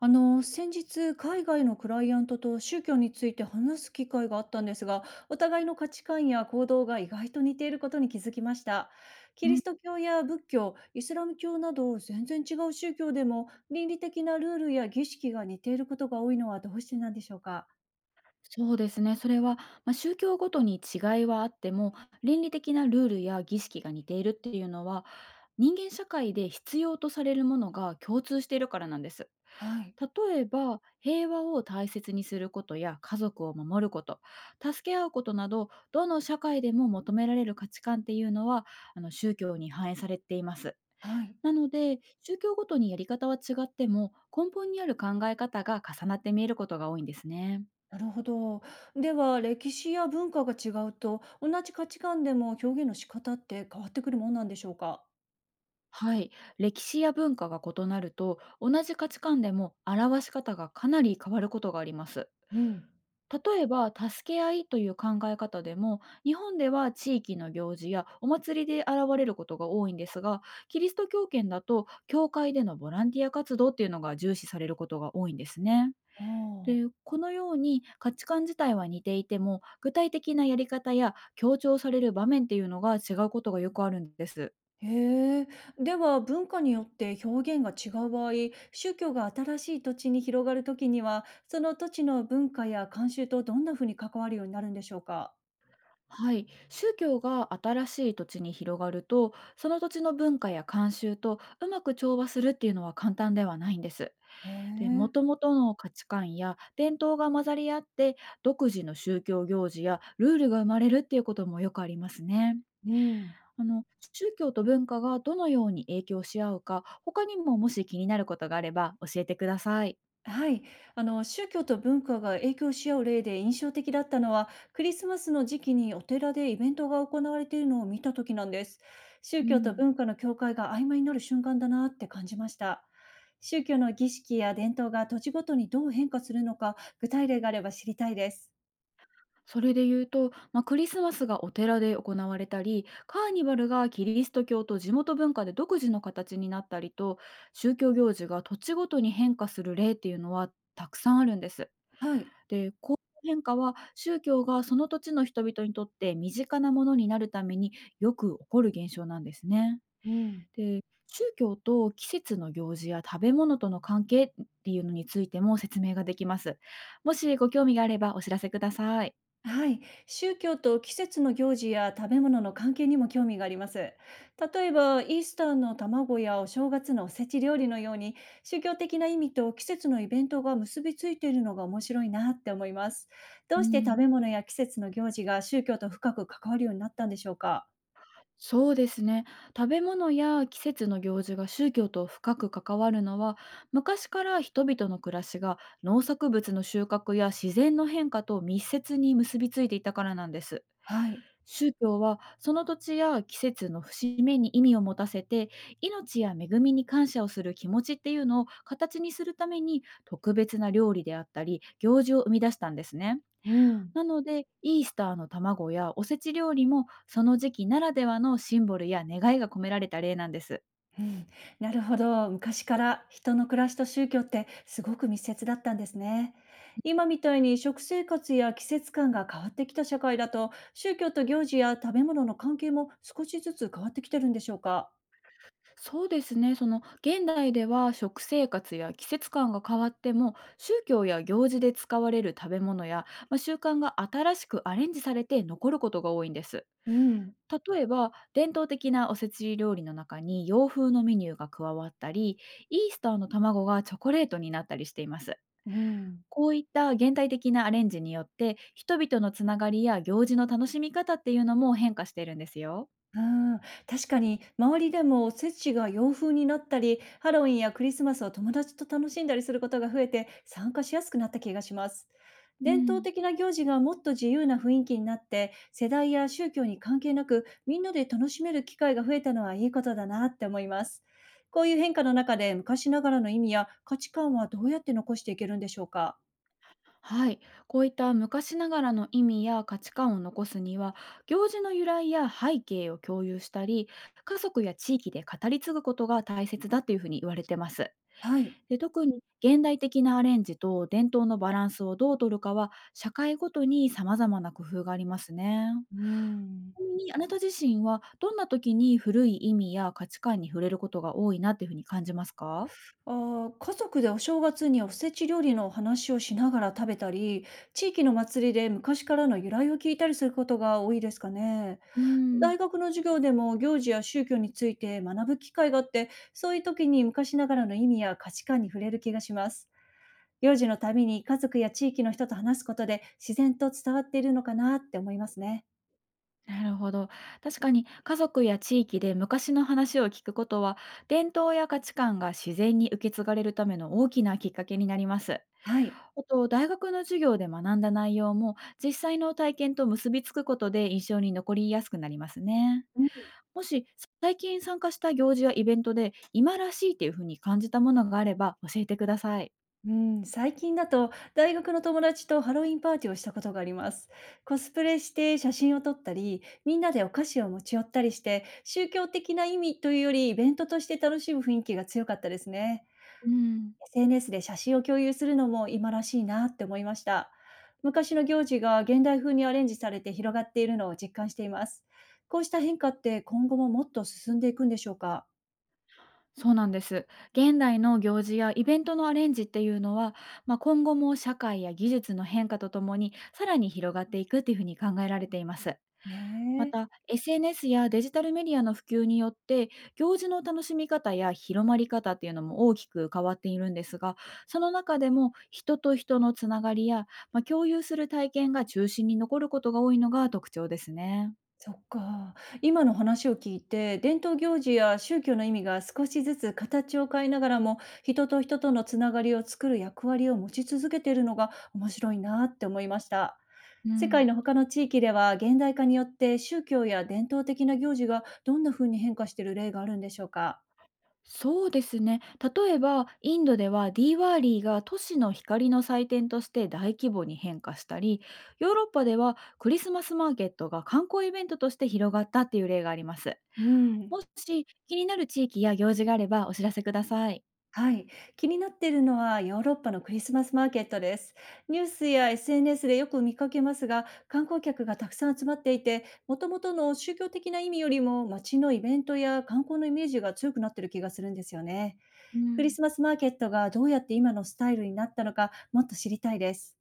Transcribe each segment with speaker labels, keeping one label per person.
Speaker 1: 先日、海外のクライアントと宗教について話す機会があったんですが、お互いの価値観や行動が意外と似ていることに気づきました。キ
Speaker 2: う
Speaker 1: リ
Speaker 2: ん、
Speaker 1: スト教や仏教、イスラム教など全然違う宗教でも倫理的なルールや儀式が似ていることが多いのはどうしてなんでしょうか。
Speaker 2: そうですね。それは、まあ、宗教ごとに違いはあっても、倫理的なルールや儀式が似ているっていうのは、人間社会で必要とされるものが共通しているからなんです。
Speaker 1: はい、
Speaker 2: 例えば、平和を大切にすることや家族を守ること、助け合うことなど、どの社会でも求められる価値観っていうのは、宗教に反映されています。
Speaker 1: はい。
Speaker 2: なので、宗教ごとにやり方は違っても、根本にある考え方が重なって見えることが多いんですね。
Speaker 1: なるほど。では、歴史や文化が違うと、同じ価値観でも表現の仕方って変わってくるもんなんでしょうか。
Speaker 2: はい、歴史や文化が異なると、同じ価値観でも表し方がかなり変わることがあります。
Speaker 1: うん。
Speaker 2: 例えば、助け合いという考え方でも、日本では地域の行事やお祭りで現れることが多いんですが、キリスト教圏だと教会でのボランティア活動っていうのが重視されることが多いんですね。
Speaker 1: あ
Speaker 2: で、
Speaker 1: あ。
Speaker 2: このように価値観自体は似ていても、具体的なやり方や強調される場面っていうのが違うことがよくあるんです。
Speaker 1: へえ。では、文化によって表現が違う場合、宗教が新しい土地に広がるときには、その土地の文化や慣習とどんなふうに関わるようになるんでしょうか。
Speaker 2: はい、宗教が新しい土地に広がると、その土地の文化や慣習とうまく調和するっていうのは簡単ではないんです。
Speaker 1: へ
Speaker 2: で、
Speaker 1: え。
Speaker 2: 元々の価値観や伝統が混ざり合って、独自の宗教行事やルールが生まれるっていうこともよくありますね。
Speaker 1: うん。
Speaker 2: あの宗教と文化がどのように影響し合うか、他にももし気になることがあれば教えてください。
Speaker 1: はい、宗教と文化が影響し合う例で印象的だったのはクリスマスの時期にお寺でイベントが行われているのを見た時なんです。宗
Speaker 2: う
Speaker 1: 教と
Speaker 2: ん。
Speaker 1: 文化の境界が曖昧になる瞬間だなって感じました。宗教の儀式や伝統が土地ごとにどう変化するのか具体例があれば知りたいです。
Speaker 2: それで言うと、まあ、クリスマスがお寺で行われたり、カーニバルがキリスト教と地元文化で独自の形になったりと、宗教行事が土地ごとに変化する例っていうのはたくさんあるんです。
Speaker 1: はい、
Speaker 2: で、こういう変化は宗教がその土地の人々にとって身近なものになるために、よく起こる現象なんですね。
Speaker 1: うん。
Speaker 2: で、宗教と季節の行事や食べ物との関係っていうのについても説明ができます。もしご興味があればお知らせください。
Speaker 1: はい、宗教と季節の行事や食べ物の関係にも興味があります。例えば、イースターの卵やお正月のおせち料理のように、宗教的な意味と季節のイベントが結びついているのが面白いなって思います。ど
Speaker 2: う
Speaker 1: うして食
Speaker 2: ん、
Speaker 1: べ物や季節の行事が宗教と深く関わるようになったんでしょうか。
Speaker 2: そうですね。食べ物や季節の行事が宗教と深く関わるのは、昔から人々の暮らしが農作物の収穫や自然の変化と密接に結びついていたからなんです。
Speaker 1: はい。
Speaker 2: 宗教はその土地や季節の節目に意味を持たせて、命や恵みに感謝をする気持ちっていうのを形にするために、特別な料理であったり、行事を生み出したんですね。
Speaker 1: うん。
Speaker 2: なので、イースターの卵やおせち料理も、その時期ならではのシンボルや願いが込められた例なんです。
Speaker 1: うん、なるほど。昔から人の暮らしと宗教ってすごく密接だったんですね。今みたいに食生活や季節感が変わってきた社会だと、宗教と行事や食べ物の関係も少しずつ変わってきてるんでしょうか。
Speaker 2: そうですね。その、現代では食生活や季節感が変わっても、宗教や行事で使われる食べ物や、まあ、習慣が新しくアレンジされて残ることが多いんです。
Speaker 1: うん、
Speaker 2: 例えば、伝統的なおせち料理の中に洋風のメニューが加わったり、イースターの卵がチョコレートになったりしています。
Speaker 1: うん。
Speaker 2: こういった現代的なアレンジによって、人々のつながりや行事の楽しみ方っていうのも変化しているんですよ。
Speaker 1: うーん、確かに周りでもおせちが洋風になったり、ハロウィンやクリスマスを友達と楽しんだりすることが増えて参加しやすくなった気がします。
Speaker 2: う
Speaker 1: 伝統
Speaker 2: ん。
Speaker 1: 的な行事がもっと自由な雰囲気になって、世代や宗教に関係なくみんなで楽しめる機会が増えたのはいいことだなって思います。こういう変化の中で昔ながらの意味や価値観はどうやって残していけるんでしょうか。
Speaker 2: はい、こういった昔ながらの意味や価値観を残すには、行事の由来や背景を共有したり、家族や地域で語り継ぐことが大切だというふうに言われてます。
Speaker 1: はい。
Speaker 2: で、特に現代的なアレンジと伝統のバランスをどう取るかは、社会ごとに様々な工夫がありますね。
Speaker 1: うーん。
Speaker 2: ちなみにあなた自身は、どんな時に古い意味や価値観に触れることが多いなっていうふうに感じますか？
Speaker 1: あー、家族でお正月におせち料理のお話をしながら食べたり、地域の祭りで昔からの由来を聞いたりすることが多いですかね。
Speaker 2: うーん、
Speaker 1: 大学の授業でも行事や宗教について学ぶ機会があって、そういう時に昔ながらの意味や価値観に触れる気がします。行事のたびに家族や地域の人と話すことで自然と伝わっているのかなって思いますね。
Speaker 2: なるほど。確かに家族や地域で昔の話を聞くことは、伝統や価値観が自然に受け継がれるための大きなきっかけになります。
Speaker 1: はい。
Speaker 2: あと、大学の授業で学んだ内容も、実際の体験と結びつくことで印象に残りやすくなりますね。もし、最近参加した行事やイベントで、今らしいっていうふうに感じたものがあれば教えてください。
Speaker 1: うん、最近だと大学の友達とハロウィンパーティーをしたことがあります。コスプレして写真を撮ったり、みんなでお菓子を持ち寄ったりして、宗教的な意味というよりイベントとして楽しむ雰囲気が強かったですね。
Speaker 2: うん、
Speaker 1: SNS で写真を共有するのも今らしいなって思いました。昔の行事が現代風にアレンジされて広がっているのを実感しています。こうした変化って今後ももっと進んでいくんでしょうか。
Speaker 2: そうなんです。現代の行事やイベントのアレンジっていうのは、まあ、今後も社会や技術の変化とともにさらに広がっていくっていうふうに考えられています。ま
Speaker 1: ね。
Speaker 2: た、 SNS やデジタルメディアの普及によって、行事の楽しみ方や広まり方っていうのも大きく変わっているんですが、その中でも人と人のつながりや、まあ、共有する体験が中心に残ることが多いのが特徴ですね。
Speaker 1: そっか。今の話を聞いて、伝統行事や宗教の意味が少しずつ形を変えながらも、人と人とのつながりを作る役割を持ち続けているのが面白いなって思いました。
Speaker 2: う
Speaker 1: 世界
Speaker 2: ん、
Speaker 1: の他の地域では、現代化によって宗教や伝統的な行事がどんな風に変化している例があるんでしょうか。
Speaker 2: そうですね。例えば、インドではディーワーリーが都市の光の祭典として大規模に変化したり、ヨーロッパではクリスマスマーケットが観光イベントとして広がったっていう例があります。
Speaker 1: うん。
Speaker 2: もし気になる地域や行事があればお知らせください。
Speaker 1: はい、気になってるのはヨーロッパのクリスマスマーケットです。ニュースや SNS でよく見かけますが、観光客がたくさん集まっていて、もともとの宗教的な意味よりも街のイベントや観光のイメージが強くなってる気がするんですよね。
Speaker 2: う
Speaker 1: クリ
Speaker 2: ん、
Speaker 1: スマスマーケットがどうやって今のスタイルになったのか、もっと知りたいです。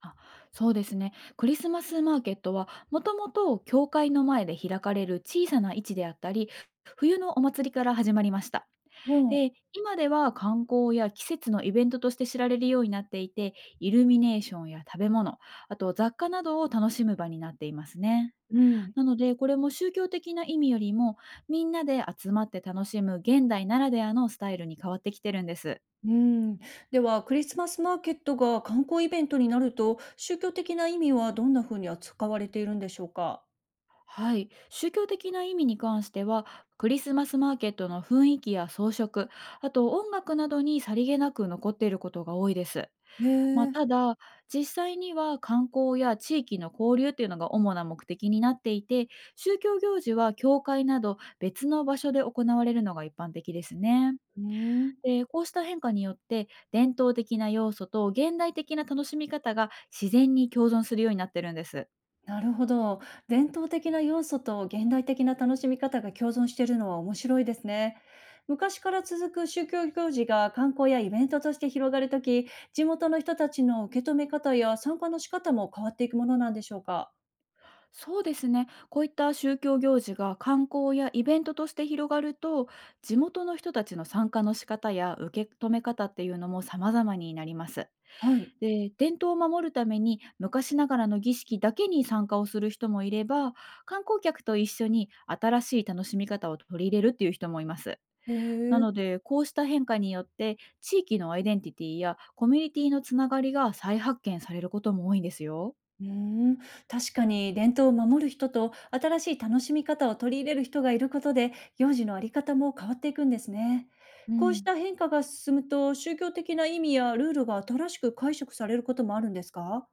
Speaker 2: あ、そうですね。クリスマスマーケットはもともと教会の前で開かれる小さな市であったり、冬のお祭りから始まりました。
Speaker 1: おう、
Speaker 2: で、今では観光や季節のイベントとして知られるようになっていて、イルミネーションや食べ物、あと雑貨などを楽しむ場になっていますね。
Speaker 1: うん、
Speaker 2: なので、これも宗教的な意味よりも、みんなで集まって楽しむ現代ならではのスタイルに変わってきてるんです。
Speaker 1: うん、ではクリスマスマーケットが観光イベントになると宗教的な意味はどんな風に扱われているんでしょうか？
Speaker 2: はい、宗教的な意味に関しては、クリスマスマーケットの雰囲気や装飾、あと音楽などにさりげなく残っていることが多いです。
Speaker 1: へ
Speaker 2: まあ、
Speaker 1: え、
Speaker 2: ただ、実際には観光や地域の交流というのが主な目的になっていて、宗教行事は教会など別の場所で行われるのが一般的ですね。
Speaker 1: うん。
Speaker 2: で、こうした変化によって伝統的な要素と現代的な楽しみ方が自然に共存するようになってるんです。
Speaker 1: なるほど。伝統的な要素と現代的な楽しみ方が共存しているのは面白いですね。昔から続く宗教行事が観光やイベントとして広がるとき、地元の人たちの受け止め方や参加の仕方も変わっていくものなんでしょうか。
Speaker 2: そうですね。こういった宗教行事が観光やイベントとして広がると、地元の人たちの参加の仕方や受け止め方っていうのも様々になります。
Speaker 1: はい。
Speaker 2: で、伝統を守るために昔ながらの儀式だけに参加をする人もいれば、観光客と一緒に新しい楽しみ方を取り入れるっていう人もいます。
Speaker 1: へ
Speaker 2: なの
Speaker 1: え。
Speaker 2: で、こうした変化によって地域のアイデンティティやコミュニティのつながりが再発見されることも多いんですよ。
Speaker 1: うーん、確かに伝統を守る人と新しい楽しみ方を取り入れる人がいることで行事のあり方も変わっていくんですね。
Speaker 2: う
Speaker 1: こうし
Speaker 2: ん、
Speaker 1: た変化が進むと宗教的な意味やルールが新しく解釈されることもあるんですか？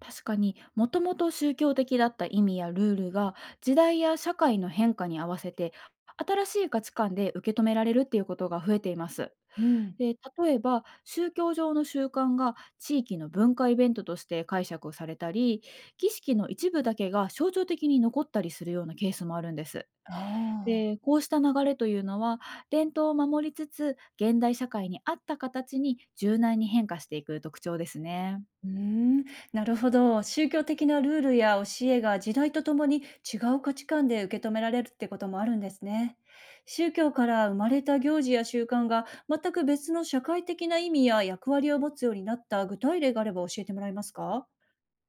Speaker 2: 確かに、もともと宗教的だった意味やルールが、時代や社会の変化に合わせて、新しい価値観で受け止められるっていうことが増えています。
Speaker 1: うん、
Speaker 2: で、例えば、宗教上の習慣が地域の文化イベントとして解釈されたり、儀式の一部だけが象徴的に残ったりするようなケースもあるんです。
Speaker 1: ああ
Speaker 2: で、
Speaker 1: ー。
Speaker 2: こうした流れというのは、伝統を守りつつ、現代社会に合った形に柔軟に変化していく特徴ですね。
Speaker 1: うーん、なるほど。宗教的なルールや教えが時代とともに違う価値観で受け止められるってこともあるんですね。宗教から生まれた行事や習慣が全く別の社会的な意味や役割を持つようになった具体例があれば教えてもらえますか？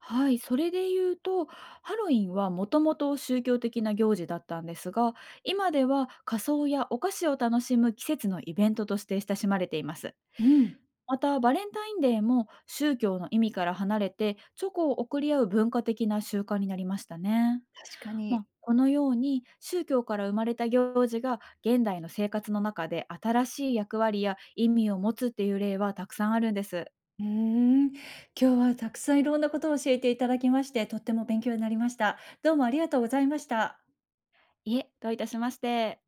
Speaker 2: はい、それで言うと、ハロウィンはもともと宗教的な行事だったんですが、今では仮装やお菓子を楽しむ季節のイベントとして親しまれています。
Speaker 1: うん、
Speaker 2: また、バレンタインデーも宗教の意味から離れて、チョコを贈り合う文化的な習慣になりましたね。
Speaker 1: 確か
Speaker 2: ま
Speaker 1: に。
Speaker 2: あ、このように宗教から生まれた行事が現代の生活の中で新しい役割や意味を持つっていう例はたくさんあるんです。
Speaker 1: うーん、今日はたくさんいろんなことを教えていただきまして、とっても勉強になりました。どうもありがとうございました。
Speaker 2: いえ、どういたしまして。